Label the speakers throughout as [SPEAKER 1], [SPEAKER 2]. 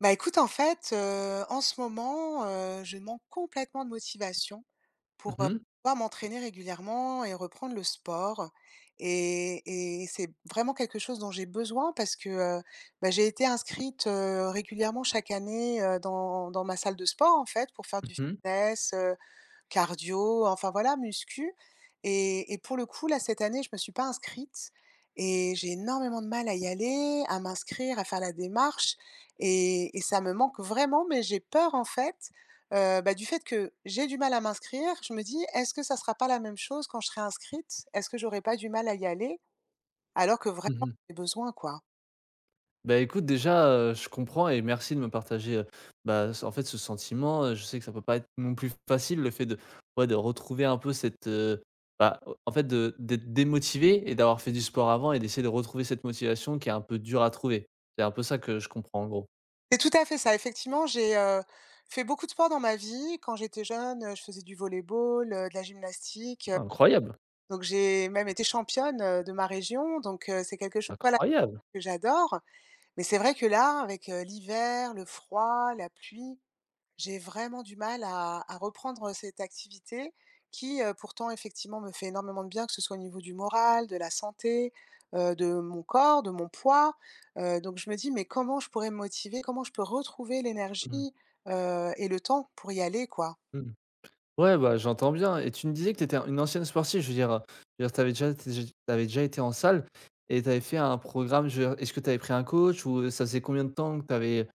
[SPEAKER 1] Bah, écoute, en fait, en ce moment, je manque complètement de motivation pour,
[SPEAKER 2] Mmh mh.
[SPEAKER 1] pouvoir m'entraîner régulièrement et reprendre le sport et c'est vraiment quelque chose dont j'ai besoin parce que, bah, j'ai été inscrite, régulièrement chaque année, dans ma salle de sport, en fait, pour faire du
[SPEAKER 2] Mmh.
[SPEAKER 1] fitness, cardio, enfin voilà, muscu et pour le coup, là, cette année, je me suis pas inscrite et j'ai énormément de mal à y aller, à m'inscrire, à faire la démarche et ça me manque vraiment, mais j'ai peur, en fait, bah, du fait que j'ai du mal à m'inscrire. Je me dis: «Est-ce que ça sera pas la même chose quand je serai inscrite? Est-ce que j'aurai pas du mal à y aller?» Alors que vraiment,
[SPEAKER 2] Mmh.
[SPEAKER 1] j'ai besoin, quoi.
[SPEAKER 2] Bah, écoute déjà, je comprends et merci de me partager, ce sentiment. Je sais que ça peut pas être non plus facile le fait de ouais, de retrouver un peu cette, bah, o en fait de d'être démotivé et d'avoir fait du sport avant et d'essayer de retrouver cette motivation qui est un peu dure à trouver. C'est un peu ça que je comprends en gros.
[SPEAKER 1] C'est tout à fait ça. Effectivement, j'ai, fait beaucoup de sport dans ma vie. Quand j'étais jeune, je faisais du volleyball, ball de la gymnastique,
[SPEAKER 2] Incroyable!
[SPEAKER 1] donc j'ai même été championne, de ma région, donc c'est quelque chose, voilà,
[SPEAKER 2] Incroyable!
[SPEAKER 1] que j'adore. Mais c'est vrai que là, avec, l'hiver, le froid, la pluie. J'ai vraiment du mal à reprendre cette activité qui, pourtant effectivement me fait énormément de bien, que ce soit au niveau du moral, de la santé, de mon corps, de mon poids, donc je me dis: «Mais comment je pourrais me motiver? Comment je peux retrouver
[SPEAKER 2] Mmh.
[SPEAKER 1] l'énergie, et le temps pour y aller, quoi?»
[SPEAKER 2] Mmh. Ouais, bah, j'entends bien et tu me disais que tu étais une ancienne sportive, je veux dire, tu avais déjà été en salle et tu avais fait un programme, je veux dire, est-ce que tu avais pris un coach ou, ça faisait combien de temps que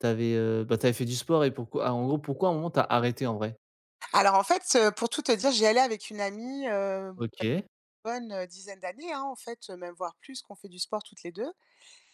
[SPEAKER 2] tu avais, bah, t'avais fait du sport et pourquoi en gros, pourquoi à un moment tu as arrêté en vrai?
[SPEAKER 1] Alors en fait, pour tout te dire, j'y allais avec une amie,
[SPEAKER 2] OK.
[SPEAKER 1] bonne dizaine d'années, hein, en fait, même voire plus, qu'on fait du sport toutes les 2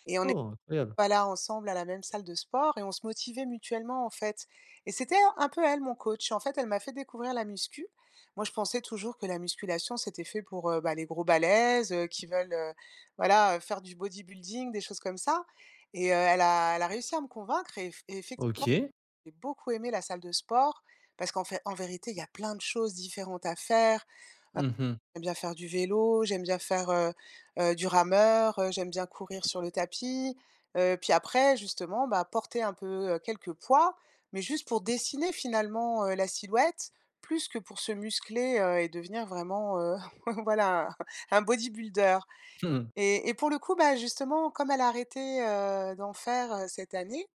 [SPEAKER 1] et on.
[SPEAKER 2] Oh, incroyable.
[SPEAKER 1] Voilà, ensemble à la même salle de sport et on se motivait mutuellement en fait. Et c'était un peu elle mon coach. En fait, elle m'a fait découvrir la muscu. Moi, je pensais toujours que la musculation, c'était fait pour bah, les gros balèzes qui veulent voilà, faire du bodybuilding, des choses comme ça. Et elle a, elle a réussi à me convaincre et effectivement,
[SPEAKER 2] OK.
[SPEAKER 1] j'ai beaucoup aimé la salle de sport parce qu'en fait, en vérité, il y a plein de choses différentes à faire.
[SPEAKER 2] Mmh mh.
[SPEAKER 1] J'aime bien faire du vélo, j'aime bien faire, du rameur, j'aime bien courir sur le tapis, puis après justement, bah, porter un peu, quelques poids, mais juste pour dessiner finalement, la silhouette, plus que pour se muscler, et devenir vraiment, voilà, un bodybuilder
[SPEAKER 2] Mmh.
[SPEAKER 1] et pour le coup, bah, justement, comme elle a arrêté, d'en faire, cette année,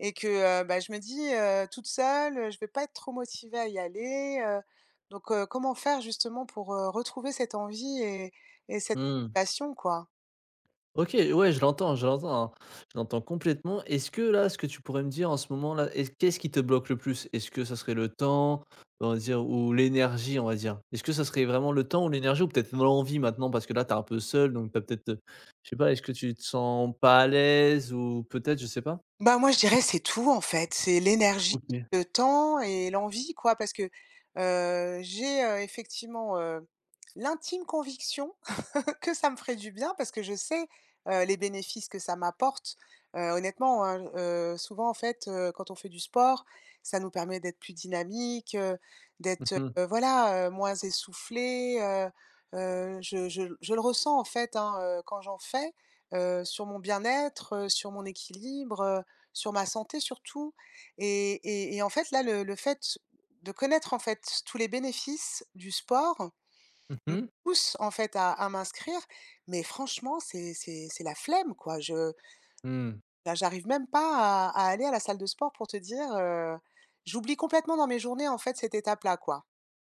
[SPEAKER 1] et que, bah, je me dis: «Toute seule, je vais pas être trop motivée à y aller», donc comment faire justement pour, retrouver cette envie et cette
[SPEAKER 2] Mmh.
[SPEAKER 1] passion, quoi?
[SPEAKER 2] OK, ouais, je l'entends, hein. Je l'entends complètement. Est-ce que là, ce que tu pourrais me dire en ce moment-là, est qu'est-ce qui te bloque le plus? Est-ce que ça serait le temps, on va dire, ou l'énergie, on va dire? Est-ce que ça serait vraiment le temps ou l'énergie ou peut-être l'envie maintenant? Parce que là, tu un peu seul, donc t'as peut-être, je sais pas, est-ce que tu te sens pas à l'aise ou peut-être, je sais pas?
[SPEAKER 1] Bah, moi, je dirais c'est tout, en fait. C'est l'énergie,
[SPEAKER 2] OK.
[SPEAKER 1] le temps et l'envie, quoi, parce que, j'ai, effectivement, l'intime conviction que ça me ferait du bien parce que je sais, les bénéfices que ça m'apporte. Honnêtement, hein, souvent, en fait, quand on fait du sport, ça nous permet d'être plus dynamique,
[SPEAKER 2] Mmh
[SPEAKER 1] d'être,
[SPEAKER 2] mh.
[SPEAKER 1] voilà, moins essoufflé. Je le ressens, en fait, hein, quand j'en fais, sur mon bien-être, sur mon équilibre, sur ma santé surtout et en fait, là, le fait de connaître, en fait, tous les bénéfices du sport me
[SPEAKER 2] Mmh.
[SPEAKER 1] pousse en fait à m'inscrire, mais franchement, c'est la flemme, quoi. Je
[SPEAKER 2] Mmh.
[SPEAKER 1] Là, j'arrive même pas à aller à la salle de sport pour te dire, j'oublie complètement dans mes journées en fait cette étape-là, quoi.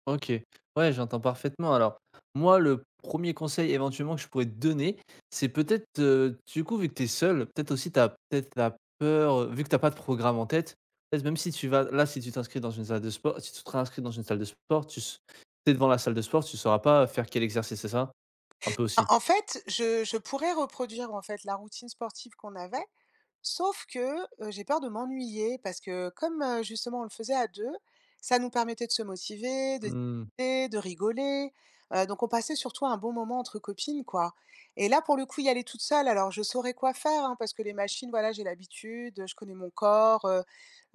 [SPEAKER 2] OK. Ouais, j'entends parfaitement. Alors, moi, le premier conseil éventuellement que je pourrais te donner, c'est peut-être, du coup, vu que tu es seule, peut-être aussi tu as peut-être la peur, vu que tu as pas de programme en tête, peut-être même si tu vas là, si tu t'inscris dans une salle de sport si tu te réinscris dans une salle de sport, tu es devant la salle de sport, tu ne sauras pas faire quel exercice, c'est ça? Un peu
[SPEAKER 1] En
[SPEAKER 2] aussi?
[SPEAKER 1] en fait, je pourrais reproduire en fait la routine sportive qu'on avait, sauf que, j'ai peur de m'ennuyer parce que comme, justement on le faisait à 2, ça nous permettait de se motiver, de
[SPEAKER 2] Mmh,
[SPEAKER 1] discuter, de rigoler, donc on passait surtout un bon moment entre copines, quoi. Et là, pour le coup, y aller toute seule, alors je saurais quoi faire, hein, parce que les machines, voilà, j'ai l'habitude, je connais mon corps. heu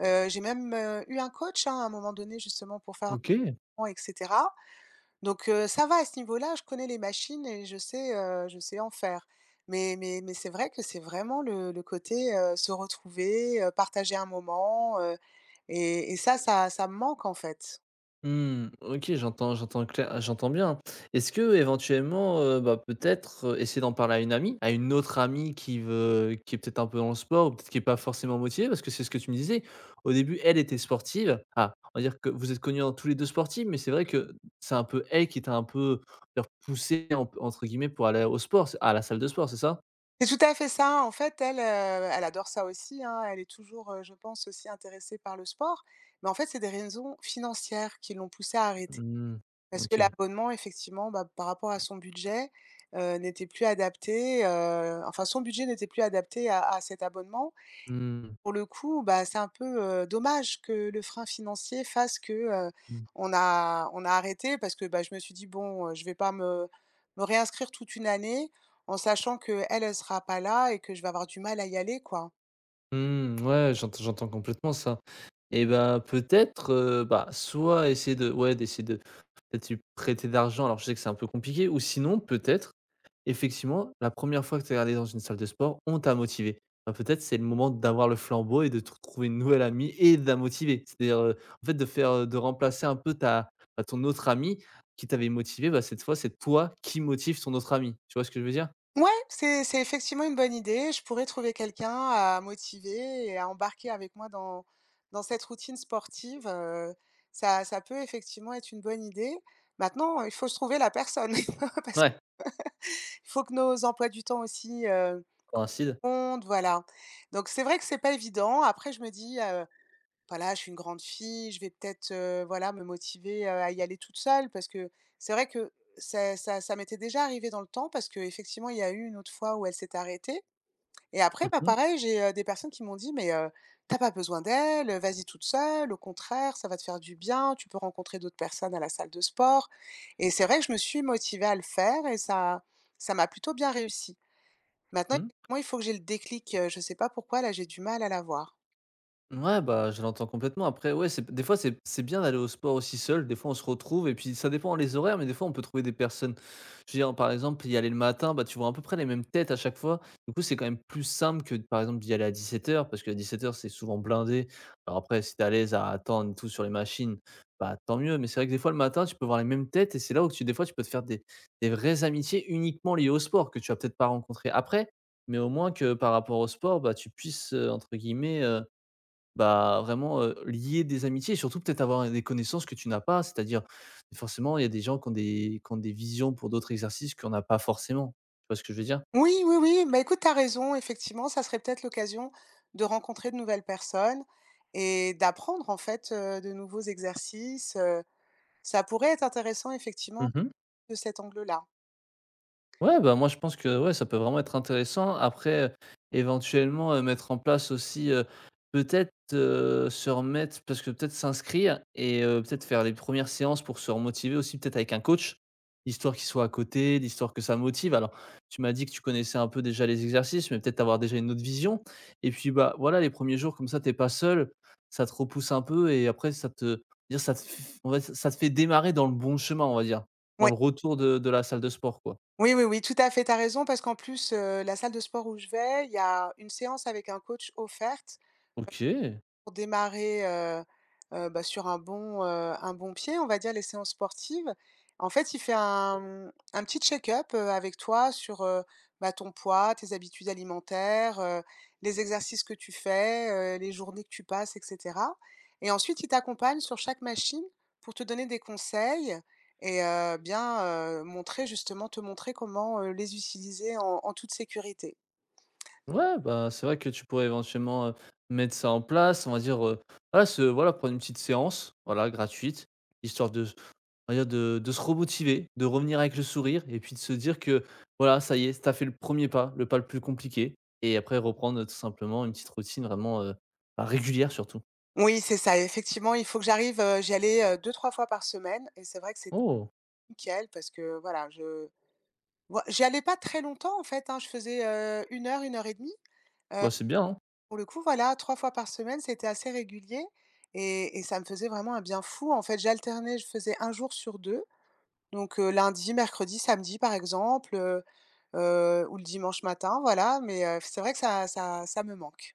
[SPEAKER 1] heu, J'ai même, eu un coach, hein, à un moment donné justement pour faire un
[SPEAKER 2] OK.
[SPEAKER 1] plan et cetera. Donc ça va à ce niveau-là, je connais les machines et je sais en faire. Mais mais c'est vrai que c'est vraiment le côté, se retrouver, partager un moment, et ça me manque, en fait.
[SPEAKER 2] Mmh, OK, j'entends bien. Est-ce que éventuellement, bah, peut-être, essayer d'en parler à une amie, à une autre amie qui veut qui est peut-être un peu dans le sport ou peut-être qui est pas forcément motivée? Parce que c'est ce que tu me disais, au début, elle était sportive. Ah, on va dire que vous êtes connus en tous les 2 sportifs, mais c'est vrai que c'est un peu elle qui t'a un peu, on va dire «poussé» en entre guillemets pour aller au sport, c'est à la salle de sport, c'est ça?
[SPEAKER 1] C'est tout à fait ça. En fait, elle, elle adore ça aussi, hein. Elle est toujours, je pense, aussi intéressée par le sport. Mais en fait, c'est des raisons financières qui l'ont poussée à arrêter.
[SPEAKER 2] Mmh,
[SPEAKER 1] Parce que
[SPEAKER 2] OK.
[SPEAKER 1] l'abonnement, effectivement, bah, par rapport à son budget, n'était plus adapté, enfin son budget n'était plus adapté à cet abonnement.
[SPEAKER 2] Mmh.
[SPEAKER 1] Pour le coup, bah, c'est un peu, dommage que le frein financier fasse que,
[SPEAKER 2] Mmh.
[SPEAKER 1] on a arrêté parce que, bah, je me suis dit: «Bon, je vais pas me réinscrire toute une année en sachant que elle elle sera pas là et que je vais avoir du mal à y aller, quoi.»
[SPEAKER 2] Mmh, ouais, j'entends complètement ça et ben peut-être, soit essayer de ouais, d'essayer de peut-être lui prêter d'argent, alors je sais que c'est un peu compliqué ou sinon peut-être, effectivement, la première fois que tu es allé dans une salle de sport, on t'a motivé. Bah, peut-être c'est le moment d'avoir le flambeau et de te trouver une nouvelle amie et de la motiver. C'est-à-dire, en fait de faire, de remplacer un peu ta bah, ton autre amie qui t'avait motivé, bah, cette fois c'est toi qui motive ton autre amie. Tu vois ce que je veux dire?
[SPEAKER 1] Ouais, c'est effectivement une bonne idée. Je pourrais trouver quelqu'un à motiver et à embarquer avec moi dans cette routine sportive. Ça peut effectivement être une bonne idée. Maintenant, il faut se trouver la personne.
[SPEAKER 2] Ouais,
[SPEAKER 1] Il faut que nos emplois du temps aussi
[SPEAKER 2] coïncide.
[SPEAKER 1] Compte, voilà. Donc c'est vrai que c'est pas évident. Après je me dis: «Voilà, je suis une grande fille, je vais peut-être, voilà, me motiver, à y aller toute seule.» Parce que c'est vrai que ça m'était déjà arrivé dans le temps parce que effectivement il y a eu une autre fois où elle s'est arrêtée et après, bah,
[SPEAKER 2] Mmh.
[SPEAKER 1] pareil, j'ai, des personnes qui m'ont dit: «Mais, tu pas besoin d'elle, vas-y toute seule, au contraire, ça va te faire du bien, tu peux rencontrer d'autres personnes à la salle de sport.» Et c'est vrai que je me suis motivée à le faire et ça m'a plutôt bien réussi. Maintenant,
[SPEAKER 2] Mmh.
[SPEAKER 1] effectivement, il faut que j'ai le déclic, je sais pas pourquoi, là, j'ai du mal à l'avoir.
[SPEAKER 2] Ouais, bah, je l'entends complètement. Après, ouais, c'est des fois, c'est bien d'aller au sport aussi seul. Des fois, on se retrouve et puis ça dépend les horaires, mais des fois, on peut trouver des personnes. Je veux dire, par exemple, y aller le matin, bah, tu vois à peu près les mêmes têtes à chaque fois. Du coup, c'est quand même plus simple que, par exemple, d'y aller à 17h, parce qu'à 17h, c'est souvent blindé. Alors après, si t'es à l'aise à attendre et tout sur les machines, bah, tant mieux. Mais c'est vrai que des fois, le matin, tu peux voir les mêmes têtes et c'est là où tu, des fois, tu peux te faire des vraies amitiés uniquement liées au sport que tu vas peut-être pas rencontrer après. Mais au moins que par rapport au sport, bah, tu puisses, entre guillemets, vraiment, lier des amitiés et surtout peut-être avoir des connaissances que tu n'as pas. C'est-à-dire, forcément, il y a des gens qui ont des visions pour d'autres exercices qu'on n'a pas forcément. Tu vois ce que je veux dire?
[SPEAKER 1] Oui, oui, oui, bah, écoute, tu as raison, effectivement, ça serait peut-être l'occasion de rencontrer de nouvelles personnes et d'apprendre, en fait, de nouveaux exercices, ça pourrait être intéressant, effectivement, de cet angle-là.
[SPEAKER 2] Ouais, bah, moi je pense que, ouais, ça peut vraiment être intéressant. Après, éventuellement, mettre en place aussi, peut-être, se remettre parce que peut-être s'inscrire et peut-être faire les premières séances pour se remotiver aussi, peut-être avec un coach, histoire qu'il soit à côté, l'histoire que ça motive. Alors, tu m'as dit que tu connaissais un peu déjà les exercices, mais peut-être avoir déjà une autre vision et puis, bah, voilà, les premiers jours comme ça, t'es pas seul, ça te repousse un peu et après ça te dire ça te f on va ça te fait démarrer dans le bon chemin, on va dire, dans
[SPEAKER 1] Oui,
[SPEAKER 2] le retour de la salle de sport, quoi.
[SPEAKER 1] oui, oui, oui, tout à fait, tu as raison parce qu'en plus, la salle de sport où je vais, il y a une séance avec un coach offerte
[SPEAKER 2] OK.
[SPEAKER 1] pour démarrer, bah, sur un bon pied, on va dire, les séances sportives. En fait, il fait un petit check-up, avec toi sur, bah, ton poids, tes habitudes alimentaires, les exercices que tu fais, les journées que tu passes et cetera. Et ensuite, il t'accompagne sur chaque machine pour te donner des conseils et, bien, montrer justement te montrer comment, les utiliser en toute sécurité.
[SPEAKER 2] Ouais, bah, c'est vrai que tu pourrais éventuellement, mettre ça en place. On va dire, voilà se voilà prendre une petite séance, voilà gratuite, histoire de on va dire de se remotiver, de revenir avec le sourire et puis de se dire que voilà, ça y est, t'as fait le premier pas, le pas le plus compliqué et après reprendre, tout simplement une petite routine vraiment, régulière surtout.
[SPEAKER 1] Oui, c'est ça. Effectivement, il faut que j'arrive, j'y allais, 2-3 fois par semaine et c'est vrai que c'était
[SPEAKER 2] Oh!
[SPEAKER 1] nickel parce que voilà, je voi j'y allais pas très longtemps en fait, hein. Je faisais, 1 heure, 1 heure et demie.
[SPEAKER 2] Bah, c'est bien, hein.
[SPEAKER 1] Pour le coup, voilà, 3 fois par semaine, c'était assez régulier et ça me faisait vraiment un bien fou. En fait, j'alternais, je faisais un jour sur 2, donc lundi, mercredi, samedi par exemple, ou le dimanche matin, voilà, mais c'est vrai que ça me manque.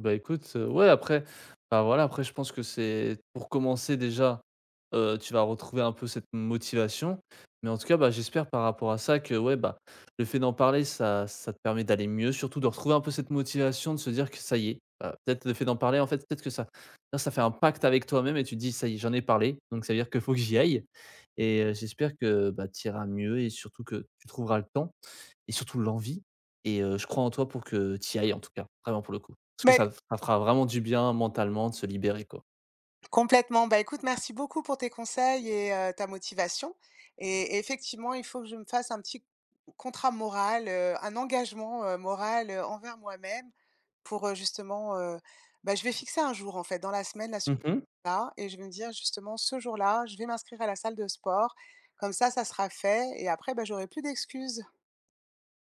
[SPEAKER 2] Bah, écoute, ouais, après, bah, voilà, après je pense que c'est pour commencer déjà, tu vas retrouver un peu cette motivation. Mais en tout cas, bah, j'espère par rapport à ça que, ouais, bah, le fait d'en parler, ça te permet d'aller mieux, surtout de retrouver un peu cette motivation de se dire que ça y est, bah, peut-être le fait d'en parler, en fait, peut-être que ça fait un pacte avec toi-même et tu te dis: «Ça y est, j'en ai parlé, donc ça veut dire que faut que j'y aille» et j'espère que, bah, tu iras mieux et surtout que tu trouveras le temps et surtout l'envie et je crois en toi pour que tu y ailles en tout cas, vraiment pour le coup. Parce que
[SPEAKER 1] Mais
[SPEAKER 2] ça fera vraiment du bien mentalement de se libérer, quoi.
[SPEAKER 1] Complètement. Bah, écoute, merci beaucoup pour tes conseils et, ta motivation et effectivement, il faut que je me fasse un petit contrat moral, un engagement, moral, envers moi-même pour, justement, bah, je vais fixer un jour, en fait, dans la semaine, là, ce
[SPEAKER 2] Mmh
[SPEAKER 1] là, et je vais me dire justement: «Ce jour-là, je vais m'inscrire à la salle de sport.» Comme ça sera fait et après, bah, j'aurai plus d'excuses.